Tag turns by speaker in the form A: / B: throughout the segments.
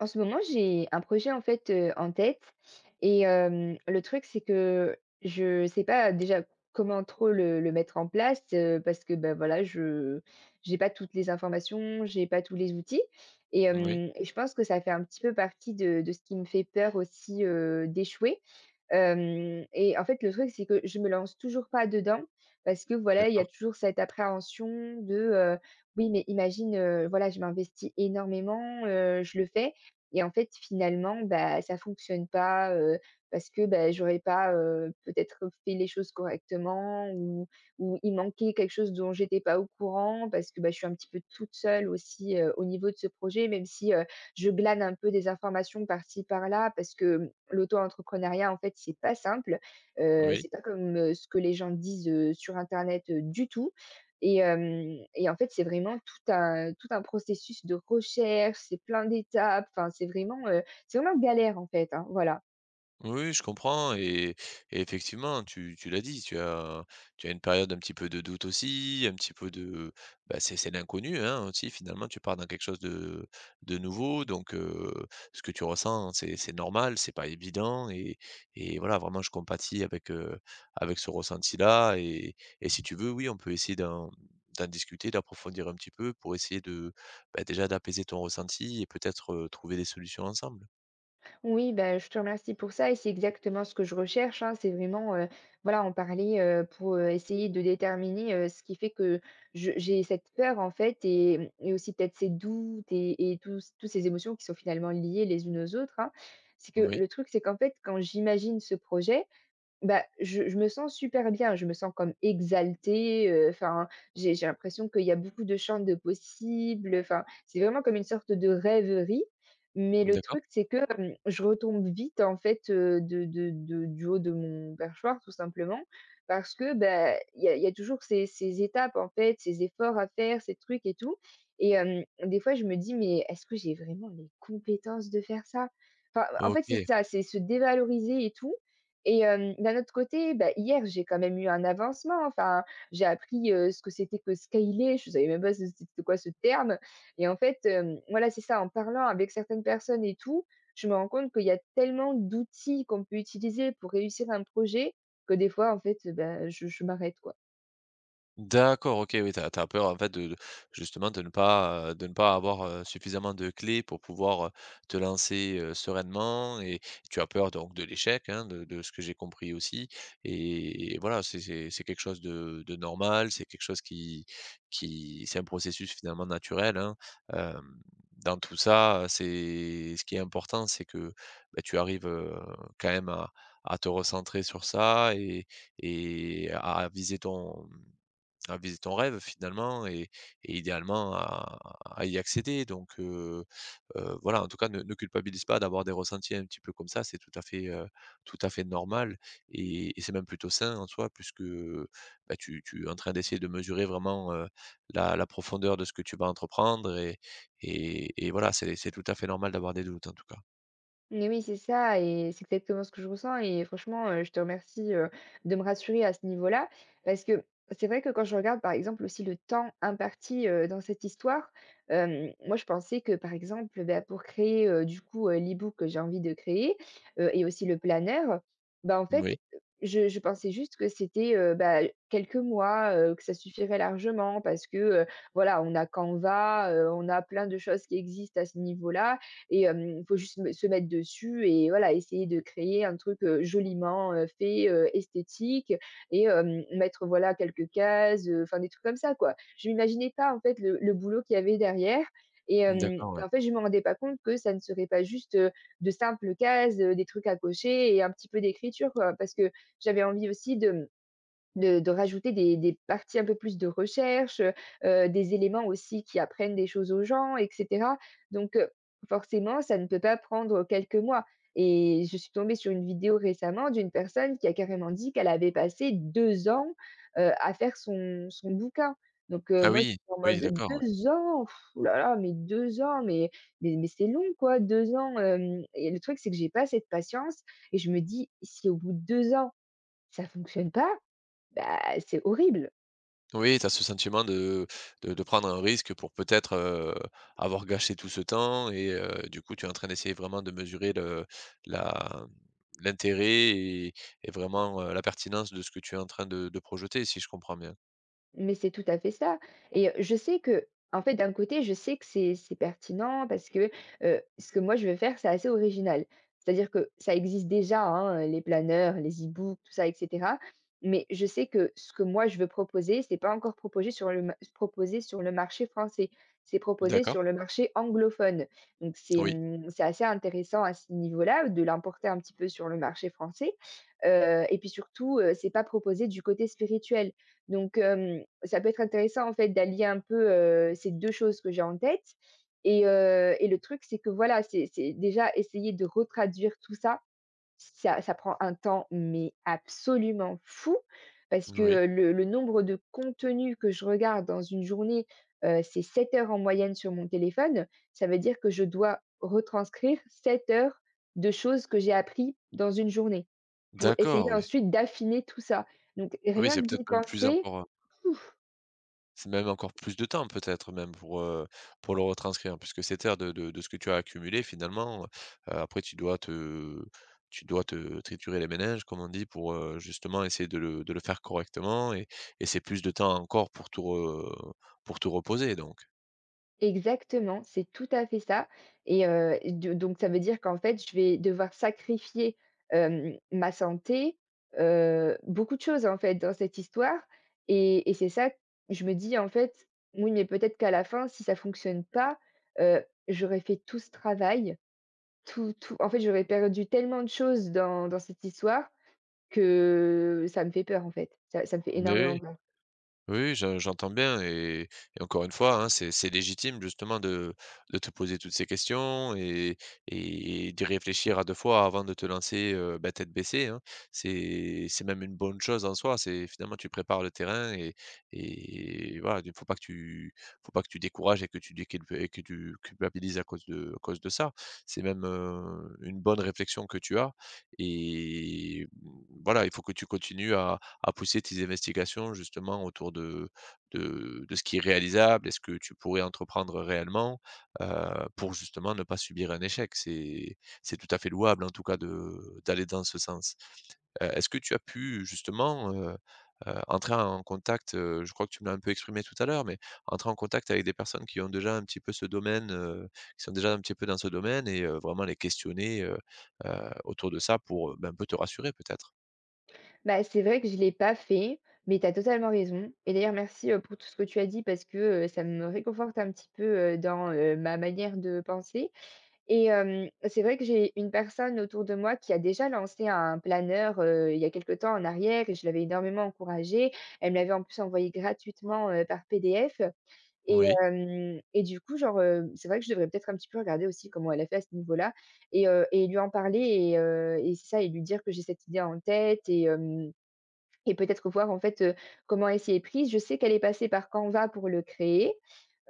A: En ce moment, j'ai un projet en fait, en tête et le truc c'est que je sais pas déjà comment trop le mettre en place, parce que, ben voilà, je j'ai pas toutes les informations, j'ai pas tous les outils et
B: Oui,
A: hem et je pense que ça fait un petit peu partie de ce qui me fait peur aussi, d'échouer. Hem et en fait, le truc, c'est que je me lance toujours pas dedans parce que, voilà, il y a
B: d'accord.
A: toujours cette appréhension de: «Oui, mais imagine, voilà, je m'investis énormément, je le fais» et en fait, finalement, bah, ça fonctionne pas, parce que, bah, j'aurais pas, peut-être fait les choses correctement ou il manquait quelque chose dont j'étais pas au courant parce que, bah, je suis un petit peu toute seule aussi, au niveau de ce projet, même si, je glane un peu des informations par-ci par-là parce que l'auto-entrepreneuriat, en fait, c'est pas simple.
B: Oui.
A: C'est pas comme, ce que les gens disent, sur internet, du tout et en fait, c'est vraiment tout un processus de recherche, c'est plein d'étapes, enfin, c'est vraiment galère, en fait, hein, voilà.
B: Oui, oui, je comprends et effectivement, tu l'as dit, tu as une période un petit peu de doute aussi, un petit peu de bah, c'est l'inconnu, hein, aussi finalement, tu pars dans quelque chose de nouveau donc ce que tu ressens, c'est normal, c'est pas évident et voilà, vraiment je compatis avec, avec ce ressenti-là et si tu veux, oui, on peut essayer d'en discuter, d'approfondir un petit peu pour essayer de, bah, déjà d'apaiser ton ressenti et peut-être, trouver des solutions ensemble.
A: Oui, bah, je te remercie pour ça et c'est exactement ce que je recherche, hein. C'est vraiment, voilà, en parler, pour, essayer de déterminer, ce qui fait que je j'ai cette peur, en fait et aussi peut-être ces doutes et tous ces émotions qui sont finalement liées les unes aux autres, hein. C'est que
B: Oui.
A: le truc, c'est qu'en fait, quand j'imagine ce projet, bah, je me sens super bien, je me sens comme exaltée, enfin, j'ai l'impression qu'il y a beaucoup de champs de possibles, enfin, c'est vraiment comme une sorte de rêverie. Mais le
B: D'accord,
A: truc, c'est que, je retombe vite, en fait, de du haut de mon perchoir, tout simplement, parce que, bah, il y a toujours ces étapes, en fait, ces efforts à faire, ces trucs et tout. Et des fois, je me dis: «Mais est-ce que j'ai vraiment les compétences de faire ça ?» enfin, en fait, c'est
B: OK.
A: ça, c'est se dévaloriser et tout et d'un autre côté, bah, hier, j'ai quand même eu un avancement, enfin, j'ai appris, ce que c'était que scaler, je ne savais même pas ce c'était quoi ce terme et en fait, voilà, c'est ça, en parlant avec certaines personnes et tout, je me rends compte qu'il y a tellement d'outils qu'on peut utiliser pour réussir un projet que des fois, en fait, bah, je m'arrête, quoi.
B: D'accord, OK, oui, t'as as peur en fait de justement de ne pas avoir, suffisamment de clés pour pouvoir, te lancer, sereinement et tu as peur donc de l'échec, hein, de ce que j'ai compris aussi et voilà, c'est quelque chose de normal, c'est quelque chose qui c'est un processus finalement naturel, hein. Hem, dans tout ça, c'est ce qui est important, c'est que, bah, tu arrives, quand même à te recentrer sur ça et et à viser ton à viser ton rêve finalement et idéalement à y accéder donc voilà, en tout cas, ne culpabilise pas d'avoir des ressentis un petit peu comme ça, c'est tout à fait normal et c'est même plutôt sain en soi puisque, bah, tu es en train d'essayer de mesurer vraiment, la profondeur de ce que tu vas entreprendre et et voilà, c'est tout à fait normal d'avoir des doutes en tout cas.
A: Mais oui, c'est ça et c'est exactement ce que je ressens et franchement, je te remercie, de me rassurer à ce niveau-là. Parce que c'est vrai que quand je regarde, par exemple, aussi le temps imparti, dans cette histoire, moi, je pensais que, par exemple, bah, pour créer, du coup, l'e-book que j'ai envie de créer, et aussi le planner, bah, en
B: Oui,
A: fait, je pensais juste que c'était, bah, quelques mois, que ça suffirait largement parce que, voilà, on a Canva, on a plein de choses qui existent à ce niveau-là et il faut juste me se mettre dessus et voilà, essayer de créer un truc, joliment, fait, esthétique et mettre, voilà, quelques cases, enfin des trucs comme ça, quoi. Je m'imaginais pas, en fait, le boulot qu'il y avait derrière et hem
B: d'accord,
A: et
B: ouais.
A: en fait, je ne me rendais pas compte que ça ne serait pas juste, de simples cases, des trucs à cocher et un petit peu d'écriture, quoi. Parce que j'avais envie aussi de rajouter des parties un peu plus de recherche, des éléments aussi qui apprennent des choses aux gens et cetera. Donc forcément, ça ne peut pas prendre quelques mois et je suis tombée sur une vidéo récemment d'une personne qui a carrément dit qu'elle avait passé 2 ans, à faire son bouquin. Donc
B: Ah
A: moi,
B: oui,
A: j'étais en
B: oui
A: mode
B: d'accord, ouais.
A: 2 ans? Ouh là là, mais 2 ans, mais c'est long quoi, 2 ans, hem et le truc, c'est que j'ai pas cette patience et je me dis: «Si au bout de 2 ans, ça fonctionne pas, bah, c'est horrible.»
B: Oui, tu as ce sentiment de de prendre un risque pour peut-être, avoir gâché tout ce temps et du coup, tu es en train d'essayer vraiment de mesurer le la l'intérêt et vraiment, la pertinence de ce que tu es en train de projeter, si je comprends bien?
A: Mais c'est tout à fait ça et je sais que, en fait, d'un côté, je sais que c'est pertinent parce que, ce que moi je vais faire, c'est assez original. C'est-à-dire que ça existe déjà, hein, les planeurs, les e-books, tout ça et cetera. Mais je sais que ce que moi je veux proposer, c'est pas encore proposé sur le marché français. C'est proposé
B: D'accord.
A: sur le marché anglophone. Donc c'est,
B: Oui,
A: mmh, c'est assez intéressant à ce niveau-là de l'importer un petit peu sur le marché français, et puis surtout, c'est pas proposé du côté spirituel. Donc, ça peut être intéressant en fait d'allier un peu, ces 2 choses que j'ai en tête et le truc c'est que voilà, c'est déjà essayer de retraduire tout ça, ça prend un temps mais absolument fou parce que,
B: oui.
A: le nombre de contenus que je regarde dans une journée, c'est 7 heures en moyenne sur mon téléphone. Ça veut dire que je dois retranscrire 7 heures de choses que j'ai appris dans une journée pour
B: D'accord,
A: essayer
B: oui.
A: ensuite d'affiner tout ça. Donc
B: Oui,
A: rien
B: c'est
A: que d'y
B: peut-être même plus
A: penser.
B: encore. C'est même encore plus de temps peut-être même pour le retranscrire? Puisque cette heure de ce que tu as accumulé finalement, après tu dois te triturer les méninges comme on dit pour, justement essayer de le faire correctement et c'est plus de temps encore pour tout re pour tout reposer donc.
A: Exactement, c'est tout à fait ça et de donc ça veut dire qu'en fait, je vais devoir sacrifier, ma santé, beaucoup de choses, en fait, dans cette histoire et c'est ça je me dis, en fait: «Oui, mais peut-être qu'à la fin, si ça fonctionne pas, j'aurais fait tout ce travail, tout» en fait, j'aurais perdu tellement de choses dans cette histoire que ça me fait peur, en fait. Ça me fait
B: Mais
A: énormément
B: oui.
A: peur.
B: Oui, je j'entends bien et encore une fois, hein, c'est légitime justement de te poser toutes ces questions et d'y réfléchir à 2 fois avant de te lancer, bah, tête baissée, hein. C'est même une bonne chose en soi, c'est finalement tu prépares le terrain et voilà, il faut pas que tu décourages et que tu culpabilises à cause de ça. C'est même, une bonne réflexion que tu as et mmh, voilà, il faut que tu continues à pousser tes investigations justement autour de ce qui est réalisable et ce que tu pourrais entreprendre réellement, pour justement ne pas subir un échec. C'est tout à fait louable en tout cas de d'aller dans ce sens. Est-ce que tu as pu justement, entrer en contact, je crois que tu me l'as un peu exprimé tout à l'heure, mais entrer en contact avec des personnes qui ont déjà un petit peu ce domaine, qui sont déjà un petit peu dans ce domaine et vraiment les questionner, autour de ça pour, ben, un peu te rassurer peut-être?
A: Bah, c'est vrai que je l'ai pas fait, mais tu as totalement raison. Et d'ailleurs, merci, pour tout ce que tu as dit parce que, ça me réconforte un petit peu, dans, ma manière de penser et c'est vrai que j'ai une personne autour de moi qui a déjà lancé un planeur, il y a quelque temps en arrière et je l'avais énormément encouragée. Elle me l'avait en plus envoyé gratuitement, par PDF et
B: Oui,
A: hem et du coup, genre, c'est vrai que je devrais peut-être un petit peu regarder aussi comment elle a fait à ce niveau-là et lui en parler et c'est ça et lui dire que j'ai cette idée en tête et peut-être voir en fait, comment elle s'y est prise. Je sais qu'elle est passée par Canva pour le créer.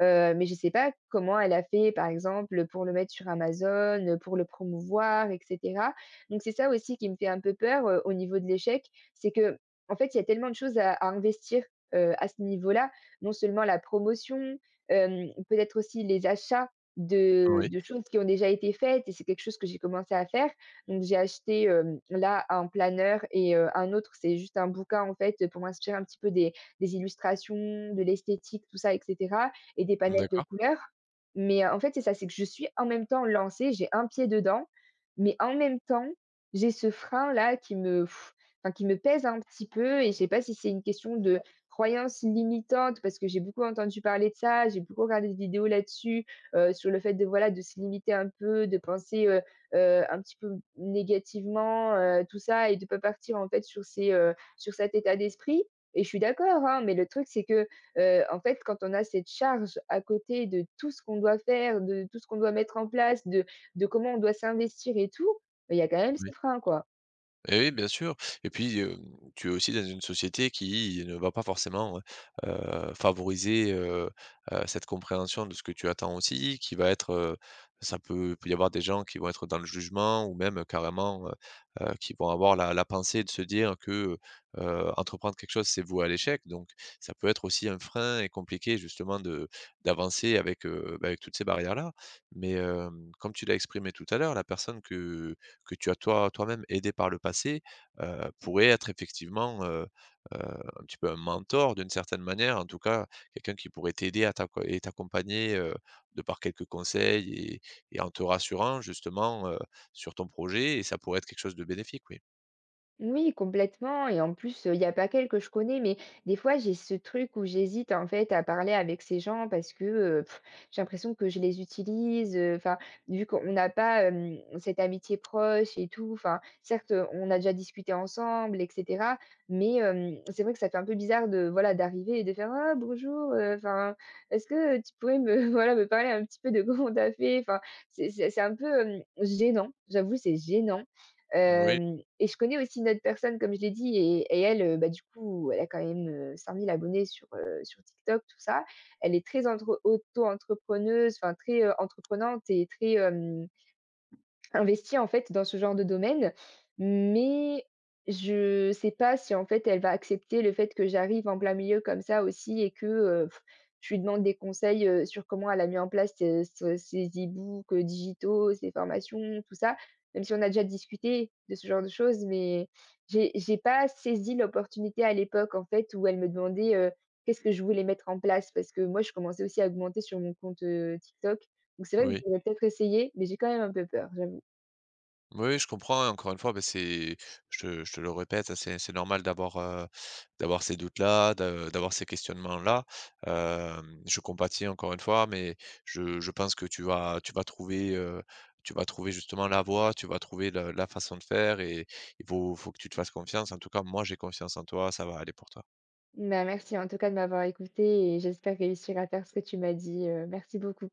A: Mais je ne sais pas comment elle a fait, par exemple, pour le mettre sur Amazon, pour le promouvoir et cetera. Donc c'est ça aussi qui me fait un peu peur, au niveau de l'échec, c'est que en fait, il y a tellement de choses à investir, à ce niveau-là. Non seulement la promotion, peut-être aussi les achats de
B: oui.
A: de choses qui ont déjà été faites et c'est quelque chose que j'ai commencé à faire. Donc j'ai acheté, là, un planeur et un autre, c'est juste un bouquin, en fait, pour m'inspirer un petit peu des illustrations, de l'esthétique, tout ça et cetera et des panettes de
B: D'accord.
A: couleurs. Mais, en fait, c'est ça, c'est que je suis en même temps lancée, j'ai un pied dedans, mais en même temps, j'ai ce frein-là qui me enfin qui me pèse un petit peu et je sais pas si c'est une question de croyance limitante parce que j'ai beaucoup entendu parler de ça, j'ai beaucoup regardé des vidéos là-dessus, sur le fait de, voilà, de se limiter un peu, de penser, un petit peu négativement, tout ça et de pas partir en fait sur ces, sur cet état d'esprit et je suis d'accord, hein, mais le truc c'est que, en fait, quand on a cette charge à côté de tout ce qu'on doit faire, de tout ce qu'on doit mettre en place, de comment on doit s'investir et tout, bah, il y a quand même ce
B: Oui.
A: frein, quoi.
B: Et oui, bien sûr. Et puis, tu es aussi dans une société qui ne va pas forcément, favoriser, cette compréhension de ce que tu attends aussi, qui va être, ça peut y avoir des gens qui vont être dans le jugement ou même carrément, qui vont avoir la pensée de se dire que, entreprendre quelque chose, c'est voué à l'échec. Donc ça peut être aussi un frein et compliqué justement de d'avancer avec, bah, avec toutes ces barrières-là. Mais, hem, comme tu l'as exprimé tout à l'heure, la personne que tu as toi toi-même aidé par le passé, pourrait être effectivement, heu, un petit peu un mentor d'une certaine manière, en tout cas, quelqu'un qui pourrait t'aider à t'accompagner, de par quelques conseils et en te rassurant justement, sur ton projet et ça pourrait être quelque chose de bénéfique, oui.
A: Oui, complètement. Et en plus, il y a pas quelques que je connais, mais des fois, j'ai ce truc où j'hésite en fait à parler avec ces gens parce que j'ai l'impression que je les utilise. Enfin, vu qu'on n'a pas cette amitié proche et tout. Enfin, certes, on a déjà discuté ensemble, etc. Mais c'est vrai que ça fait un peu bizarre de voilà d'arriver et de faire ah bonjour. Enfin, est-ce que tu pourrais me voilà me parler un petit peu de comment t'as fait? Enfin, c'est un peu gênant. J'avoue, c'est gênant.
B: Oui,
A: Hem et je connais aussi une autre personne, comme je l'ai dit et elle, bah, du coup, elle a quand même, 5 000 abonnés sur, sur TikTok, tout ça. Elle est très entre auto-entrepreneuse, enfin très, entreprenante et très, hem investie en fait dans ce genre de domaine, mais je sais pas si en fait elle va accepter le fait que j'arrive en plein milieu comme ça aussi et que je lui demande des conseils sur comment elle a mis en place ses e-books digitaux, ses formations, tout ça. Même si on a déjà discuté de ce genre de choses, mais j'ai pas saisi l'opportunité à l'époque en fait où elle me demandait qu'est-ce que je voulais mettre en place parce que moi je commençais aussi à augmenter sur mon compte TikTok. Donc c'est vrai que
B: oui.
A: j'aurais peut-être essayé, mais j'ai quand même un peu peur. J'avoue.
B: Oui, je comprends et encore une fois, bah, c'est je te le répète, hein, c'est normal d'avoir, d'avoir ces doutes-là, de d'avoir ces questionnements-là. Je compatis encore une fois, mais je pense que tu vas trouver, tu vas trouver justement la voie, tu vas trouver le la façon de faire et il faut que tu te fasses confiance. En tout cas, moi, j'ai confiance en toi, ça va aller pour toi.
A: Bah, merci en tout cas de m'avoir écoutée et j'espère réussir à faire ce que tu m'as dit, merci beaucoup.